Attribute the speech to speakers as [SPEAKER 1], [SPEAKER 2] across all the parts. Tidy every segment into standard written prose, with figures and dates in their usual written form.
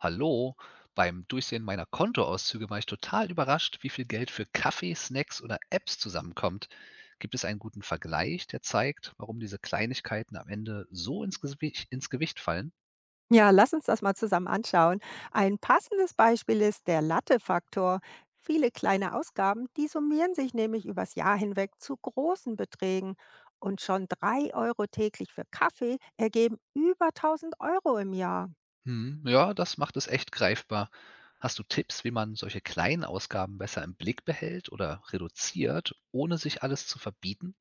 [SPEAKER 1] Hallo, beim Durchsehen meiner Kontoauszüge war ich total überrascht, wie viel Geld für Kaffee, Snacks oder Apps zusammenkommt. Gibt es einen guten Vergleich, der zeigt, warum diese Kleinigkeiten am Ende so ins Gewicht fallen?
[SPEAKER 2] Ja, lass uns das mal zusammen anschauen. Ein passendes Beispiel ist der Latte-Faktor. Viele kleine Ausgaben, die summieren sich nämlich übers Jahr hinweg zu großen Beträgen. Und schon 3 Euro täglich für Kaffee ergeben über 1000 Euro im Jahr.
[SPEAKER 1] Hm, ja, das macht es echt greifbar. Hast du Tipps, wie man solche kleinen Ausgaben besser im Blick behält oder reduziert, ohne sich alles zu verbieten?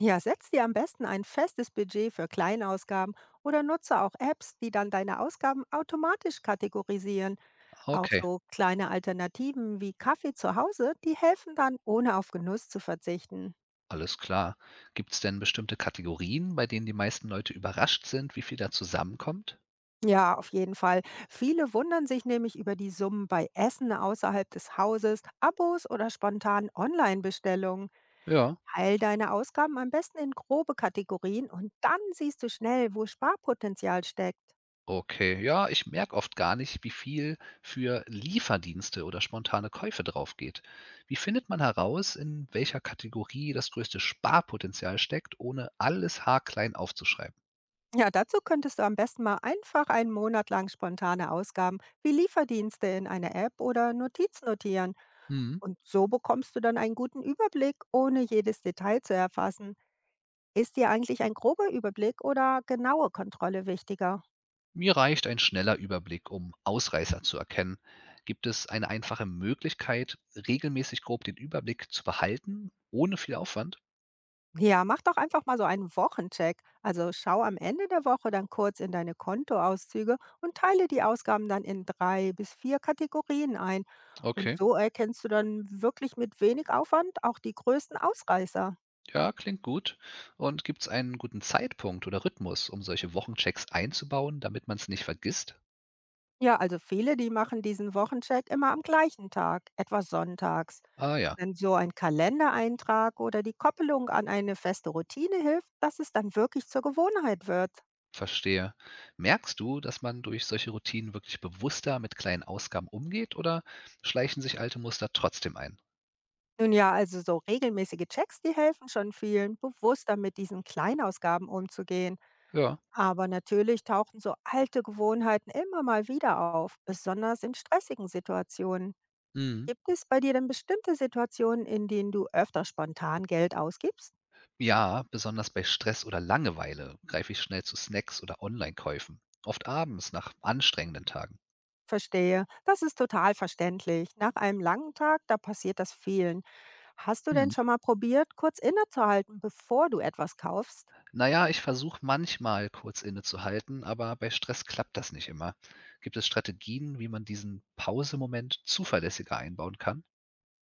[SPEAKER 2] Ja, setz dir am besten ein festes Budget für Kleinausgaben oder nutze auch Apps, die dann deine Ausgaben automatisch kategorisieren. Auch
[SPEAKER 1] Okay,
[SPEAKER 2] so kleine Alternativen wie Kaffee zu Hause, die helfen dann, ohne auf Genuss zu verzichten.
[SPEAKER 1] alles klar. Gibt es denn bestimmte Kategorien, bei denen die meisten Leute überrascht sind, wie viel da zusammenkommt?
[SPEAKER 2] Ja, auf jeden Fall. Viele wundern sich nämlich über die Summen bei Essen außerhalb des Hauses, Abos oder spontanen Online-Bestellungen.
[SPEAKER 1] Ja.
[SPEAKER 2] Teil deine Ausgaben am besten in grobe Kategorien und dann siehst du schnell, wo Sparpotenzial steckt.
[SPEAKER 1] Okay, ja, ich merke oft gar nicht, wie viel für Lieferdienste oder spontane Käufe draufgeht. Wie findet man heraus, in welcher Kategorie das größte Sparpotenzial steckt, ohne alles haarklein aufzuschreiben?
[SPEAKER 2] Ja, dazu könntest du am besten mal einfach einen Monat lang spontane Ausgaben wie Lieferdienste in einer App oder Notiz notieren.
[SPEAKER 1] Hm,
[SPEAKER 2] Und so bekommst du dann einen guten Überblick, ohne jedes Detail zu erfassen. Ist dir eigentlich ein grober Überblick oder genaue Kontrolle wichtiger?
[SPEAKER 1] mir reicht ein schneller Überblick, um Ausreißer zu erkennen. Gibt es eine einfache Möglichkeit, regelmäßig grob den Überblick zu behalten, ohne viel Aufwand?
[SPEAKER 2] Ja, mach doch einfach mal so einen Wochencheck. Also schau am Ende der Woche dann kurz in deine Kontoauszüge und teile die Ausgaben dann in 3 bis 4 Kategorien ein. Und
[SPEAKER 1] Okay,
[SPEAKER 2] so erkennst du dann wirklich mit wenig Aufwand auch die größten Ausreißer.
[SPEAKER 1] ja, klingt gut. Und gibt es einen guten Zeitpunkt oder Rhythmus, um solche Wochenchecks einzubauen, damit man es nicht vergisst?
[SPEAKER 2] Ja, also viele, die machen diesen Wochencheck immer am gleichen Tag, etwa sonntags.
[SPEAKER 1] Ah ja,
[SPEAKER 2] Denn so ein Kalendereintrag oder die Koppelung an eine feste Routine hilft, dass es dann wirklich zur Gewohnheit wird.
[SPEAKER 1] verstehe. Merkst du, dass man durch solche Routinen wirklich bewusster mit kleinen Ausgaben umgeht oder schleichen sich alte Muster trotzdem ein?
[SPEAKER 2] Nun ja, also so regelmäßige Checks, die helfen schon vielen, bewusster mit diesen Kleinausgaben umzugehen.
[SPEAKER 1] Ja.
[SPEAKER 2] Aber natürlich tauchen so alte Gewohnheiten immer mal wieder auf, besonders in stressigen Situationen.
[SPEAKER 1] Mhm.
[SPEAKER 2] Gibt es bei dir denn bestimmte Situationen, in denen du öfter spontan Geld ausgibst?
[SPEAKER 1] Ja, besonders bei Stress oder Langeweile greife ich schnell zu Snacks oder Online-Käufen. Oft abends nach anstrengenden Tagen.
[SPEAKER 2] Verstehe, das ist total verständlich. Nach einem langen Tag, da passiert das vielen. Hast du denn
[SPEAKER 1] Hm.
[SPEAKER 2] schon mal probiert, kurz innezuhalten, bevor du etwas kaufst?
[SPEAKER 1] Naja, ich versuche manchmal kurz innezuhalten, aber bei Stress klappt das nicht immer. Gibt es Strategien, wie man diesen Pausemoment zuverlässiger einbauen kann?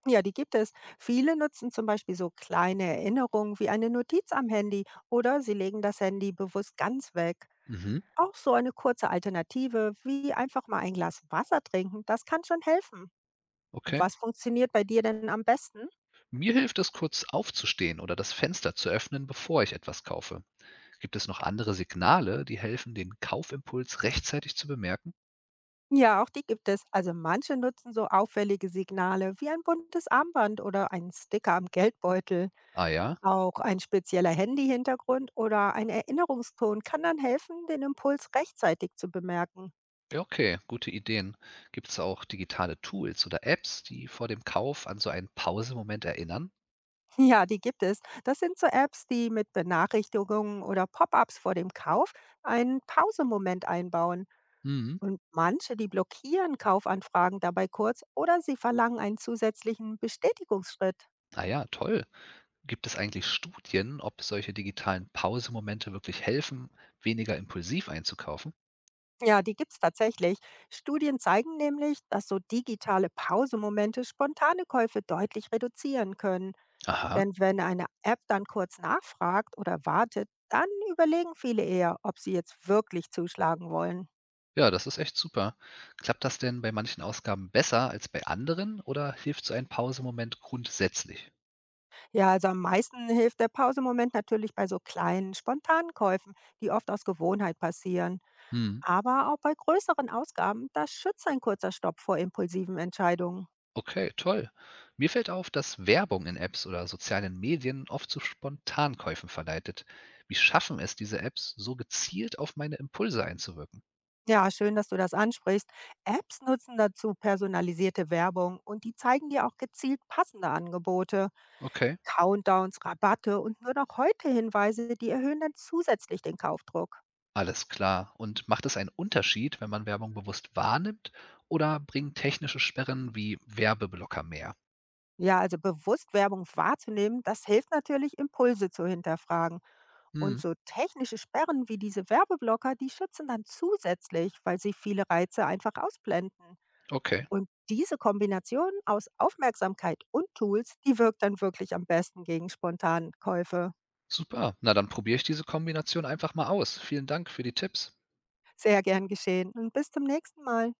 [SPEAKER 2] Ja, die gibt es. Viele nutzen zum Beispiel so kleine Erinnerungen wie eine Notiz am Handy oder sie legen das Handy bewusst ganz weg.
[SPEAKER 1] Mhm,
[SPEAKER 2] Auch so eine kurze Alternative wie einfach mal ein Glas Wasser trinken, das kann schon helfen.
[SPEAKER 1] okay.
[SPEAKER 2] Was funktioniert bei dir denn am besten?
[SPEAKER 1] Mir hilft es, kurz aufzustehen oder das Fenster zu öffnen, bevor ich etwas kaufe. Gibt es noch andere Signale, die helfen, den Kaufimpuls rechtzeitig zu bemerken?
[SPEAKER 2] Ja, auch die gibt es. Also manche nutzen so auffällige Signale wie ein buntes Armband oder einen Sticker am Geldbeutel.
[SPEAKER 1] Ah ja?
[SPEAKER 2] Auch ein spezieller Handy-Hintergrund oder ein Erinnerungston kann dann helfen, den Impuls rechtzeitig zu bemerken.
[SPEAKER 1] Ja, okay, gute Ideen. Gibt es auch digitale Tools oder Apps, die vor dem Kauf an so einen Pausemoment erinnern?
[SPEAKER 2] Ja, die gibt es. Das sind so Apps, die mit Benachrichtigungen oder Pop-ups vor dem Kauf einen Pausemoment einbauen.
[SPEAKER 1] Mhm.
[SPEAKER 2] Und manche, die blockieren Kaufanfragen dabei kurz oder sie verlangen einen zusätzlichen Bestätigungsschritt.
[SPEAKER 1] Ah ja, toll. Gibt es eigentlich Studien, ob solche digitalen Pausemomente wirklich helfen, weniger impulsiv einzukaufen?
[SPEAKER 2] Ja, die gibt es tatsächlich. Studien zeigen nämlich, dass so digitale Pausemomente spontane Käufe deutlich reduzieren können.
[SPEAKER 1] Aha.
[SPEAKER 2] Denn wenn eine App dann kurz nachfragt oder wartet, dann überlegen viele eher, ob sie jetzt wirklich zuschlagen wollen.
[SPEAKER 1] Ja, das ist echt super. Klappt das denn bei manchen Ausgaben besser als bei anderen oder hilft so ein Pausemoment grundsätzlich?
[SPEAKER 2] Ja, also am meisten hilft der Pausemoment natürlich bei so kleinen, spontanen Käufen, die oft aus Gewohnheit passieren.
[SPEAKER 1] Hm,
[SPEAKER 2] Aber auch bei größeren Ausgaben, da schützt ein kurzer Stopp vor impulsiven Entscheidungen.
[SPEAKER 1] okay, toll. Mir fällt auf, dass Werbung in Apps oder sozialen Medien oft zu Spontankäufen verleitet. Wie schaffen es diese Apps, so gezielt auf meine Impulse einzuwirken?
[SPEAKER 2] Ja, schön, dass du das ansprichst. Apps nutzen dazu personalisierte Werbung und die zeigen dir auch gezielt passende Angebote.
[SPEAKER 1] Okay,
[SPEAKER 2] Countdowns, Rabatte und nur noch heute Hinweise, die erhöhen dann zusätzlich den Kaufdruck.
[SPEAKER 1] alles klar. Und macht es einen Unterschied, wenn man Werbung bewusst wahrnimmt oder bringen technische Sperren wie Werbeblocker mehr?
[SPEAKER 2] Ja, also bewusst Werbung wahrzunehmen, das hilft natürlich, Impulse zu hinterfragen. Und
[SPEAKER 1] Hm,
[SPEAKER 2] so technische Sperren wie diese Werbeblocker, die schützen dann zusätzlich, weil sie viele Reize einfach ausblenden.
[SPEAKER 1] okay.
[SPEAKER 2] Und diese Kombination aus Aufmerksamkeit und Tools, die wirkt dann wirklich am besten gegen spontanen Käufe.
[SPEAKER 1] Super. Na, dann probiere ich diese Kombination einfach mal aus. Vielen Dank für die Tipps.
[SPEAKER 2] Sehr gern geschehen und bis zum nächsten Mal.